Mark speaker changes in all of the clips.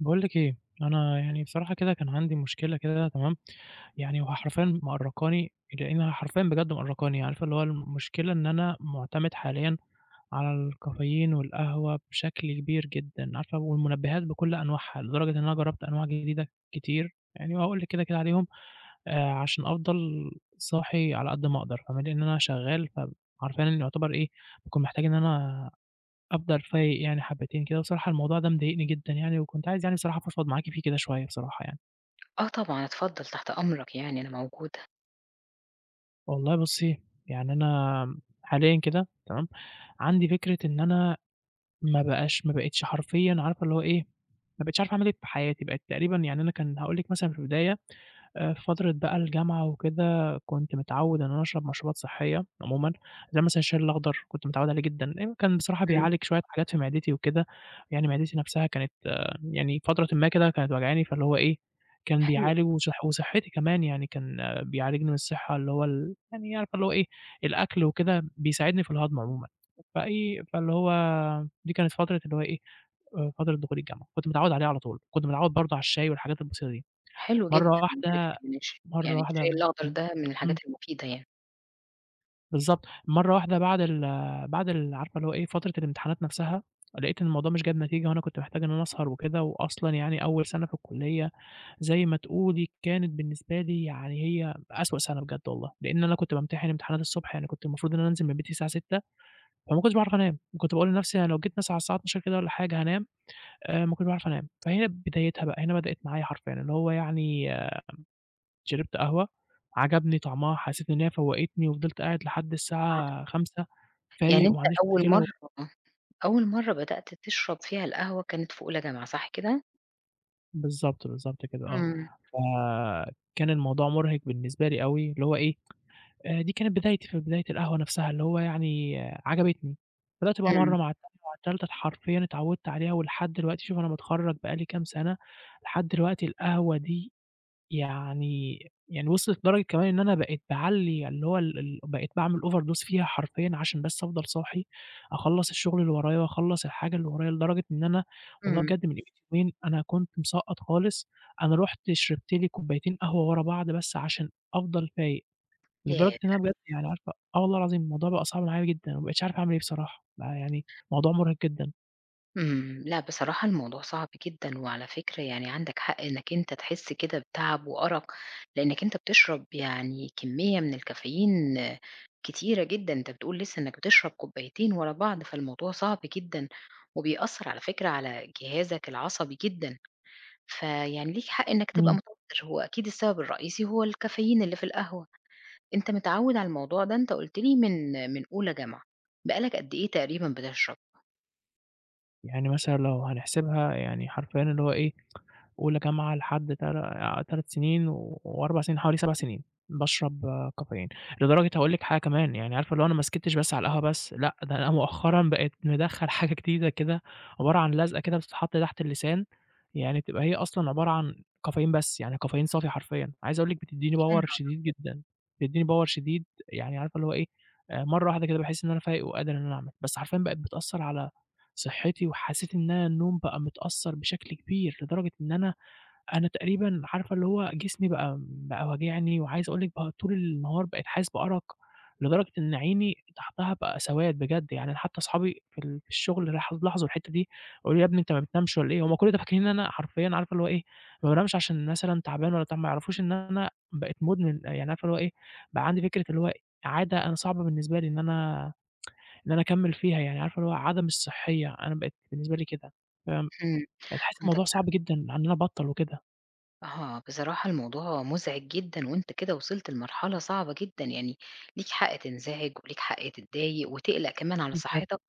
Speaker 1: باقول لِك إيه، أنا يعني بصراحة كده كان عندي مشكلة كده تمام، يعني حرفيًا مأرّقاني. لإنها حرفيًا بجد مأرّقاني، يعني عارفة اللي هو المشكلة إن أنا مُعتمد حاليًا على الكافيين والقهوة بشكل كبير جدًا، عارفة، والمنبهات بكل أنواعها، لدرجة إن أنا جرّبت أنواع جديدة كتير، يعني وهاقول لِك كده، كده عليهم عشان أفضل صاحي على قد ما أقدر، فاهماني؟ لإن أنا شغّال، فحرفيًا يعتبر إيه، باكون محتاج إن أنا أفضل فايق يعني حبتين كده، بصراحة الموضوع ده مضايقني جدًا يعني، وكنت عايز يعني بصراحة أفضفض معاكِ فيه كده شوية بصراحة يعني.
Speaker 2: آه طبعًا، اتفضل تحت أمرك يعني أنا موجودة.
Speaker 1: والله بُصّي، يعني أنا حاليًا كده تمام، عندي فكرة إن أنا ما بقيتش حرفيًا عارفة اللي هو إيه، ما بقيتش عارفة أعمل إيه في حياتي، بقيت تقريبًا يعني أنا كان هاقول لِك مثلًا في البداية في فترة بقى الجامعة وكده، كنت متعوّد إن أنا أشرب مشروبات صحية عمومًا، زي مثلًا الشاي الأخضر كنت متعوّد عليه جدًا، لإنه كان بصراحة
Speaker 2: إمم.
Speaker 1: بيعالج شوية حاجات في معدتي وكده، يعني معدتي نفسها كانت آه، يعني فترةٍ ما كده كانت واجعاني، فاللي هو إيه، كان
Speaker 2: حلو،
Speaker 1: بيعالج وصحتي كمان يعني كان آه، بيعالجني من الصحة اللي هو ال يعني عارفة اللي هو إيه، الأكل وكده بيساعدني في الهضم عمومًا، فإيه، فاللي هو دي كانت فترة اللي هو إيه، فترة دخول الجامعة، كنت متعوّد عليه على طول، كنت متعوّد برضه على الشاي والحاجات البسيطة دي.
Speaker 2: حلو جدًا
Speaker 1: مرّة
Speaker 2: على فكرة
Speaker 1: واحدة
Speaker 2: يعني
Speaker 1: مرّة واحدة
Speaker 2: الشاي
Speaker 1: م
Speaker 2: الأخضر
Speaker 1: إمم،
Speaker 2: ده من
Speaker 1: إمم،
Speaker 2: الحاجات المفيدة يعني.
Speaker 1: بالضبط، مرّة واحدة بعد ال عارفة اللي هو إيه، فترة الامتحانات نفسها، لقيت إن الموضوع مش جايب نتيجة وأنا كنت محتاج إن أنا أسهر وكده، وأصلًا يعني أول سَنة في الكُلّية زي ما تقولي كانت بالنسبة لي يعني هي أسوأ سَنة بجد والله، لإن أنا كنت بامتحن امتحانات الصبح، يعني كنت المفروض إن أنا أنزل من بيتي الساعة 06:00، فما كنتش باعرف أنام، وكنت باقول لنفسي أنا لو جيت مثلًا على الساعة 12:00 كده والّا حاجة هانام، ما كنتش باعرف أنام، فهنا بدايتها بقى، هنا بدأت معايا حرفيًا، اللي هو يعني شربت قهوة، عجبني طعمها، حسيت إن هي فوّقتني وفضلت قاعد لحد
Speaker 2: آه.
Speaker 1: الساعة 5
Speaker 2: يعني
Speaker 1: فايق
Speaker 2: أنت
Speaker 1: وما عنديش
Speaker 2: أول
Speaker 1: مشكلة و
Speaker 2: مرّة أول مرّة بدأت تشرب فيها القهوة كانت في أولى جامعة، صح كده؟
Speaker 1: بالضبط، بالضبط كده آه.
Speaker 2: إمم،
Speaker 1: فكان الموضوع مُرهق بالنسبة لي أوي، اللي هو إيه، دي كانت بدايتي في بداية القهوة نفسها، اللي هو يعني عجبتني. بدأت بقى
Speaker 2: إمم،
Speaker 1: مرّة مع التانية مع التالتة، حرفيًا اتعوّدت عليها ولحد دلوقتي شوف أنا متخرّج بقى لي كام سَنة، لحد دلوقتي القهوة دي يعني يعني وصلت لدرجة كمان إن أنا بقيت باعلّي اللي هو ال بقيت باعمل overdose فيها حرفيًا عشان بس أفضل صاحي، أخلّص الشغل اللي ورايا وأخلّص الحاجة اللي ورايا، لدرجة إن أنا والله
Speaker 2: إمم،
Speaker 1: بجد من قيمة يومين أنا كنت مسقّط خالص، أنا رُحت شربت لي كوبايتين قهوة ورا بعض بس عشان أفضل فايق، لدرجة إن
Speaker 2: ياه!
Speaker 1: أنا بجد يعني عارفة آه والله العظيم الموضوع بقى صعب معايا جدًا، وما بقيتش عارف أعمل إيه بصراحة، بقى يعني موضوع مُرهق جدًا.
Speaker 2: إمم، لأ بصراحة الموضوع صعب جدًا، وعلى فكرة يعني عندك حق إنك أنت تحس كده بتعب وأرق، لإنك أنت بتشرب يعني كمية من الكافيين آه، كتيرة جدًا، أنت بتقول لسه إنك بتشرب كوبايتين ورا بعض، فالموضوع صعب جدًا، وبيأثّر على فكرة على جهازك العصبي جدًا، فيعني ليك حق إنك تبقى
Speaker 1: إمم.
Speaker 2: متوتر، هو أكيد السبب الرئيسي هو الكافيين اللي في القهوة، أنت متعوّد على الموضوع ده أنت قُلت لي من أولى جامعة، بقى لك قد إيه تقريبًا بتشرب؟
Speaker 1: يعني مثلًا لو هنحسبها يعني حرفيًا اللي هو إيه أولى جامعة لحد 3 سنين و4 سنين، حوالي 7 سنين باشرب آه، كافيين، لدرجة هاقول لِك حاجة كمان، يعني عارفة اللي هو أنا ما سكتش بس على القهوة بس، لأ ده أنا مؤخرًا بقيت مدخّل حاجة جديدة كده، عبارة عن لزقة كده بتتحط تحت اللسان، يعني بتبقى هي أصلًا عبارة عن كافيين بس، يعني كافيين صافي حرفيًا، عايز أقول لِك بتدّيني power
Speaker 2: ياه!
Speaker 1: شديد جدًا، بتدّيني power شديد، يعني عارفة اللي هو إيه، مرّة واحدة كده باحس إن أنا فايق وقادر إن أنا أعمل، بس حرفيًا بقت بتأثّر على صحّتي، وحسيت إن أنا النوم بقى متأثّر بشكل كبير، لدرجة إن أنا أنا تقريبًا عارفة اللي هو جسمي بقى واجعني، وعايز أقول لِك بقى طول النهار بقيت حاسس بأرق، لدرجة إن عيني تحتها بقى سواد بجد، يعني أنا حتى أصحابي في ال في الشغل لاحظوا الحتة دي، قالوا لي: "يا ابني أنت ما بتنامش والّا إيه؟" هُم كل ده فاكرين إن أنا حرفيًا عارفة اللي هو إيه، ما بانامش عشان مثلًا تعبان ولا بتاع، ما يعرفوش إن أنا بقيت مدمن، يعني عارفة اللي هو إيه، بقى عندي فكرة اللي هو عادة أنا صعب بالنسبة لي إن أنا أكمّل فيها، يعني عارفة اللي هو عادة مش صحية، أنا بقيت بالنسبة لي كده، فبقيت
Speaker 2: إمم،
Speaker 1: حاسس
Speaker 2: عندك
Speaker 1: الموضوع صعب
Speaker 2: حق.
Speaker 1: جدًا إن أنا أبطّل وكده.
Speaker 2: آه، بصراحة الموضوع مُزعِج جدًا وأنت كده وصلت لمرحلة صعبة جدًا، يعني ليك حق تنزعج وليك حق تتضايق وتقلق كمان على
Speaker 1: بالضبط.
Speaker 2: صحّتك،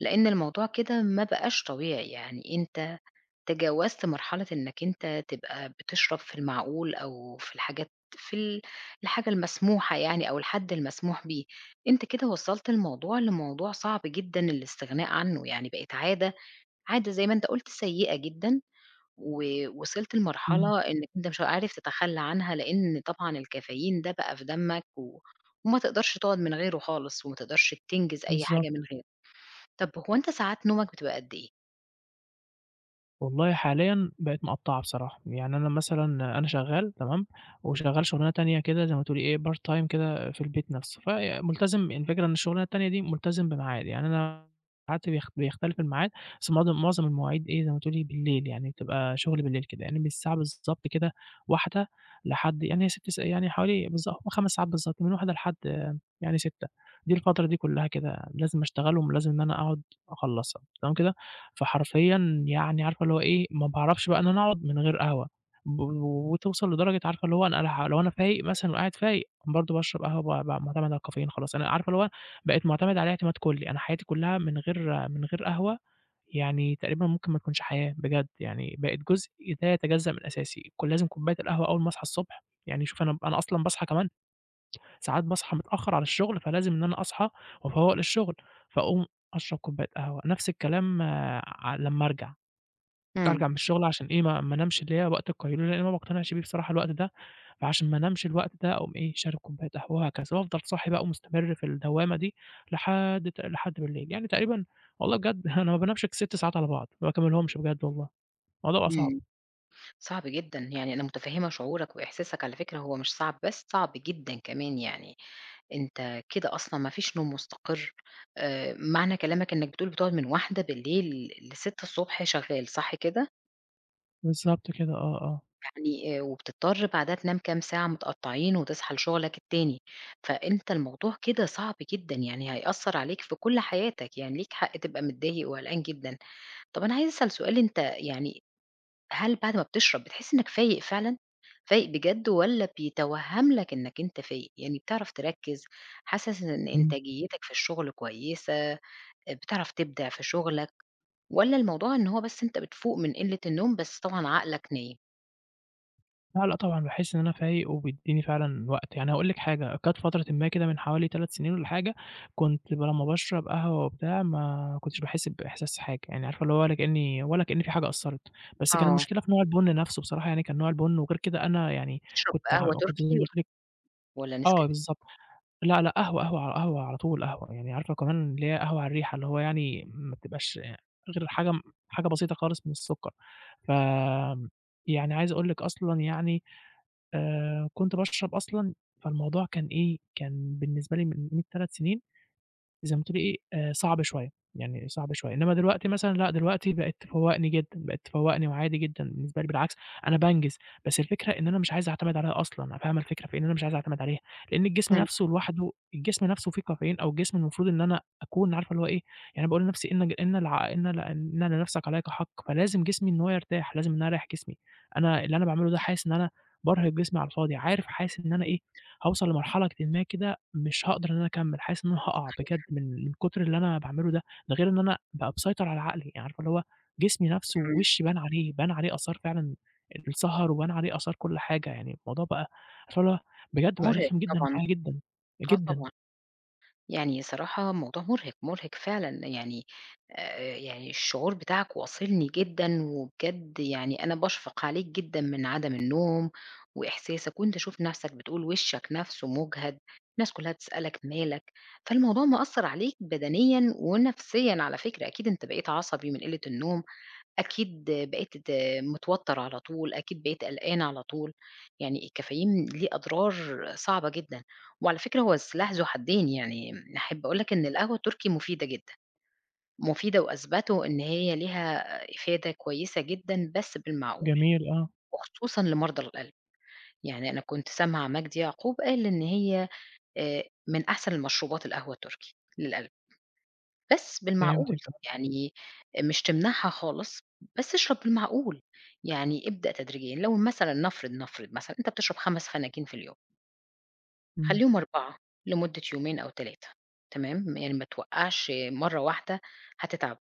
Speaker 2: لإن الموضوع كده ما بقاش طبيعي، يعني أنت تجاوزت مرحلة إنّك أنت تبقى بتشرب في المعقول أو في الحاجات في ال الحاجة المسموحة يعني أو الحد المسموح بيه، أنت كده وصّلت الموضوع لموضوع صعب جدًا الاستغناء عنّه، يعني بقت عادة، عادة زي ما أنت قُلت سيئة جدًا ووصلت
Speaker 1: إمم،
Speaker 2: لمرحلة إنّك أنت مش عارف تتخلّى عنها، لإن طبعًا الكافيين ده بقى في دمك وما تقدرش تقعد من غيره خالص، وما تقدرش تنجز أي حاجة
Speaker 1: بالضبط،
Speaker 2: من غيره. طب هو أنت ساعات نومك بتبقى قد إيه؟
Speaker 1: والله حاليًا بقت مقطّعة بصراحة، يعني أنا مثلًا أنا شغّال تمام، وشغّال شغلانة تانية كده زي ما تقولي إيه part time كده في البيت نفسه، فملتزم الفكرة إن الشغلانة التانية دي ملتزم بميعاد، يعني أنا ساعات بيختلف الميعاد، بس معظم المواعيد إيه زي ما تقولي بالليل، يعني بتبقى شغل بالليل كده، يعني من الساعة بالضبط كده 13:00 لحد يعني هي 6 س يعني حوالي بالضبط 5 ساعات بالضبط، من 13:00 لحد يعني 6:00. دي الفترة دي كلّها كده لازم أشتغلهم، ولازم إن أنا أقعد أخلّصها، تمام كده؟ فحرفيًا يعني عارفة اللي هو إيه، ما باعرفش بقى إن أنا أقعد من غير قهوة، ب وتوصل لدرجة عارفة اللي هو أنا أنا ح لو أنا فايق مثلًا وقاعد فايق برضه باشرب قهوة ب ب معتمد على الكافيين خلاص، أنا عارفة اللي هو بقيت معتمد عليه اعتماد كلّي، أنا حياتي كلّها من غير قهوة يعني تقريبًا ممكن ما تكونش حياة بجد، يعني بقت جزء لا يتجزأ من أساسي، كل لازم كوباية القهوة أول ما أصحى الصبح، يعني شوف أنا أصلًا باصحى كمان ساعات باصحى متأخر على الشغل، فلازم إن أنا أصحى وأفوّق للشغل، فاقوم أشرب كوباية قهوة، نفس الكلام آه، لمّا أرجع.
Speaker 2: إمم.
Speaker 1: أرجع من الشغل عشان إيه، ما انامش اللي هي وقت القيلولة، لإن أنا ما باقتنعش بيه بصراحة الوقت ده، فعشان ما انامش الوقت ده أقوم إيه، شارب كوباية قهوة وهكذا، وأفضل صاحي بقى ومستمر في الدوامة دي لحد بالليل، يعني تقريبًا والله بجد أنا ما بانامش ك 6 ساعات على بعض، ما باكمّلهمش بجد والله، الموضوع بقى صعب.
Speaker 2: إمم، صعب جدًا، يعني أنا متفهّمة شعورك وإحساسك على فكرة هو مش صعب بس، صعب جدًا كمان يعني، أنت كده أصلًا ما فيش نوم مستقر، معنى كلامك إنّك بتقول بتقعد من 01:00 بالليل ل6:00 صبح شغّال، صح كده؟
Speaker 1: بالضبط كده، آه، آه.
Speaker 2: يعني وبتضطر بعدها تنام كام ساعة متقطّعين وتصحى لشغلك التاني، فأنت الموضوع كده صعب جدًا، يعني هيأثّر عليك في كل حياتك، يعني ليك حق تبقى متضايق وقلقان جدًا. طَب أنا عايزة أسأل سؤال، أنت يعني هل بعد ما بتشرب بتحس إنّك فايق فعلًا، فايق بجد والّا بيتوهّم لك إنّك أنت فايق؟ يعني بتعرف تركّز، حاسس إن
Speaker 1: إمم.
Speaker 2: إنتاجيتك في الشغل كويسة، بتعرف تبدع في شغلك والّا الموضوع إن هو بس أنت بتفوق من قِلّة النوم بس طبعًا عقلك نايم؟
Speaker 1: لأ، لأ طبعًا باحس إن أنا فايق وبيدّيني فعلًا وقت، يعني هاقول لِك حاجة، كانت فترةٍ ما كده من حوالي 3 سنين والّا حاجة، كنت لمّا باشرب قهوة وبتاع ما كنتش باحس بإحساس حاجة، يعني عارفة اللي هو ولا كإني ولا كإن في حاجة أثّرت، بس كان
Speaker 2: آه.
Speaker 1: المشكلة في نوع البُن نفْسه بصراحة يعني كان نوع البُن وغير كده أنا يعني
Speaker 2: بتشرب
Speaker 1: كنت ع
Speaker 2: قهوة
Speaker 1: كنت زي ما
Speaker 2: تركي
Speaker 1: قُلت لِك
Speaker 2: والّا
Speaker 1: آه
Speaker 2: نسكافيه؟
Speaker 1: بالضبط، لأ، لأ قهوة، قهوة على قهوة على طول قهوة، يعني عارفة كمان اللي هي قهوة على الريحة، اللي هو يعني ما بتبقاش غير حاجة بسيطة خالص من السُكّر، ف يعني عايز أقول لِك أصلًا يعني كنت باشرب أصلًا، فالموضوع كان إيه، كان بالنسبة لي من قيمة 3 سنين زي ما بتقولي إيه، صعب شوية، يعني صعب شوية، إنّما دلوقتي مثلًا لأ، دلوقتي بقت تفوّقني جدًا، بقت تفوّقني وعادي جدًا بالنسبة لي بالعكس، أنا بانجز، بس الفكرة إن أنا مش عايز أعتمد عليها أصلًا، فاهمة الفكرة في إيه؟ إن أنا مش عايز أعتمد عليها، لإن الجسم
Speaker 2: إمم،
Speaker 1: نَفْسه لوحده الجسم نَفْسه فيه كافيين أو الجسم المفروض إن أنا أكون عارفة اللي هو إيه، يعني باقول لنَفْسي إن ج إن الع إن ل إن لنَفْسك عليك حق، فلازم جسمي إن هو يرتاح، لازم إن أنا أريّح جسمي، أنا اللي أنا باعمله ده حاسس إن أنا بارهق جسمي على الفاضي، عارف حاسس إن أنا
Speaker 2: إمم،
Speaker 1: إيه، هاوصل لمرحلةٍ ما كده مش هاقدر إن أنا أكمّل، حاسس إن أنا هاقع بجد من من كتر اللي أنا باعمله ده، ده غير إن أنا بقى مسيطر على عقلي، يعني عارفة اللي هو جسمي نَفْسه
Speaker 2: إمم،
Speaker 1: ووشّي بان عليه، بان عليه آثار فعلًا السهر وبان عليه آثار كل حاجة، يعني الموضوع بقى عارفة اللي هو بجد بقى
Speaker 2: مرهق
Speaker 1: رخم جدًا
Speaker 2: طبعًا،
Speaker 1: معايا جدًا،
Speaker 2: آه
Speaker 1: جدًا.
Speaker 2: طبعًا، يعني صراحة موضوع مرهق، مرهق فعلًا يعني يعني الشعور بتاعك واصلني جدًا، وبجد يعني أنا باشفق عليك جدًا من عدم النوم وإحساسك، وأنت شوف نفْسك بتقول وشّك نفْسه مُجهد، الناس كلّها بتسألك مالك، فالموضوع مأثّر عليك بدنيًا ونفسيًا على فكرة، أكيد أنت بقيت عصبي من قلة النوم، أكيد بقيت متوتّر على طول، أكيد بقيت قلقان على طول، يعني الكافيين ليه أضرار صعبة جدًا، وعلى فكرة هو السلاح ذو حدين، يعني أحب أقول لك إن القهوة التركي مفيدة جدًا، مفيدة وأثبتوا إن هي ليها إفادة كويسة جدًا بس بالمعقول،
Speaker 1: جميل آه،
Speaker 2: وخصوصًا لمرضى القلب، يعني أنا كنت سامعة مجدي يعقوب قال إن هي آآ من أحسن المشروبات القهوة التركي للقلب. بس بالمعقول،
Speaker 1: فهمتِك آه،
Speaker 2: يعني مش تمنعها خالص، بس اشرب بالمعقول، يعني ابدأ تدريجيًا، لو مثلًا نفرض مثلًا أنت بتشرب 5 فناجين في اليوم،
Speaker 1: إمم،
Speaker 2: خلّيهم 4 لمدة يومين أو 3 تمام، يعني ما توقّعش مرّة واحدة هتتعب،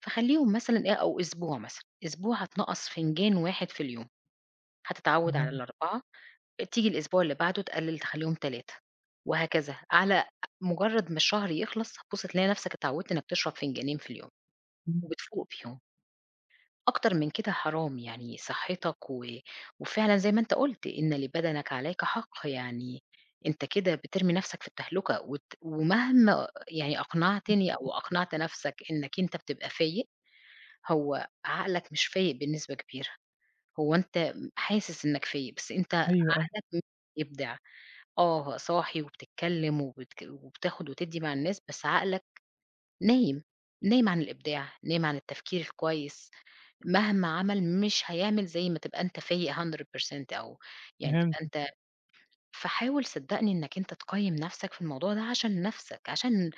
Speaker 2: فخلّيهم مثلًا إيه أو أسبوع مثلًا، أسبوع هتنقّص فنجان واحد في اليوم، هتتعوّد على
Speaker 1: تمام،
Speaker 2: ال4 تيجي الأسبوع اللي بعده تقلّل تخلّيهم 3 وهكذا، على مجرّد ما الشهر يخلص هتبُص تلاقي نفْسك اتعوّدت إنك تشرب فنجانين في اليوم.
Speaker 1: إمم،
Speaker 2: وبتفوق فيهم. أكتر من كده حرام، يعني صحّتك و وفعلًا زي ما أنت قُلت، إن لبدنك عليك حق، يعني أنت كده بترمي نَفْسك في التهلكة ومهما يعني أقنعتني أو أقنعت نَفْسك إنّك أنت بتبقى فايق، هو عقلك مش فايق بنسبة كبيرة، هو أنت حاسس إنّك فايق، بس أنت
Speaker 1: أيوه، أيوه،
Speaker 2: عقلك مش بيبدع. آه، صاحي وبتتكلّم وبتاخُد وتدّي مع الناس، بس عقلك نايم، نايم عن الإبداع، نايم عن التفكير الكويس. مهما عمل مش هيعمل زي ما تبقى أنت فايق 100% أو يعني تبقى
Speaker 1: فهمتِك،
Speaker 2: أنت فحاول صدّقني إنّك أنت تقيّم نَفْسك في الموضوع ده عشان نَفْسك، عشان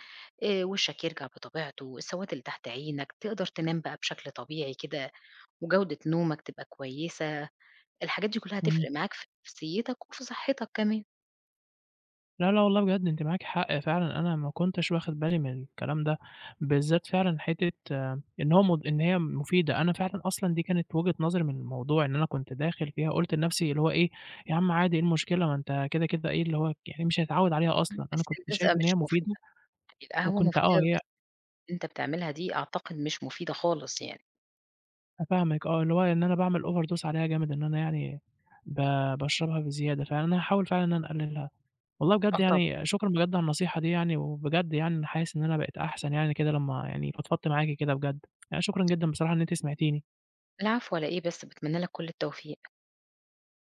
Speaker 2: وشّك يرجع بطبيعته، السواد اللي تحت عينك، تقدر تنام بقى بشكل طبيعي كده وجودة نومك تبقى كويسة، الحاجات دي كُلّها
Speaker 1: إمم.
Speaker 2: هتفرق معاك في نفسيّتك وفي صحّتك كمان.
Speaker 1: لا، لا والله بجد أنتِ معاكِ حق فعلًا، أنا ما كنتش واخد بالي من الكلام ده، بالذات فعلًا حتّة آه، إن هو مد إن هي مفيدة، أنا فعلًا أصلًا دي كانت وجهة نظري من الموضوع، إن أنا كنت داخل فيها قُلت لنفسي اللي هو إيه، يا عم عادي إيه المشكلة ما أنت كده، كده إيه اللي هو يعني مش هيتعوّد عليها
Speaker 2: إمم.
Speaker 1: أصلًا، أنا
Speaker 2: بس
Speaker 1: كنت
Speaker 2: الرِزقة
Speaker 1: شايف إن هي
Speaker 2: مش مفيدة،
Speaker 1: مفيدة
Speaker 2: القهوة
Speaker 1: وكنت آه،
Speaker 2: مفيدة
Speaker 1: هي
Speaker 2: بس أنت بتعملها دي أعتقد مش مفيدة خالص يعني.
Speaker 1: فاهمِك آه، اللي هو إن أنا باعمل overdose عليها جامد، إن أنا يعني ب باشربها بزيادة، فأنا هاحاول فعلًا إن أنا أقللها. والله بجد
Speaker 2: آه طبعًا.
Speaker 1: يعني شكرًا بجد على النصيحة دي يعني، وبجد يعني أنا حاسس إن أنا بقيت أحسن يعني كده لمّا يعني فضفضت معاكِ كده بجد، يعني شكرًا جدًا بصراحة إن أنتِ سمعتيني.
Speaker 2: العفو على إيه بس، باتمنى لك كل التوفيق.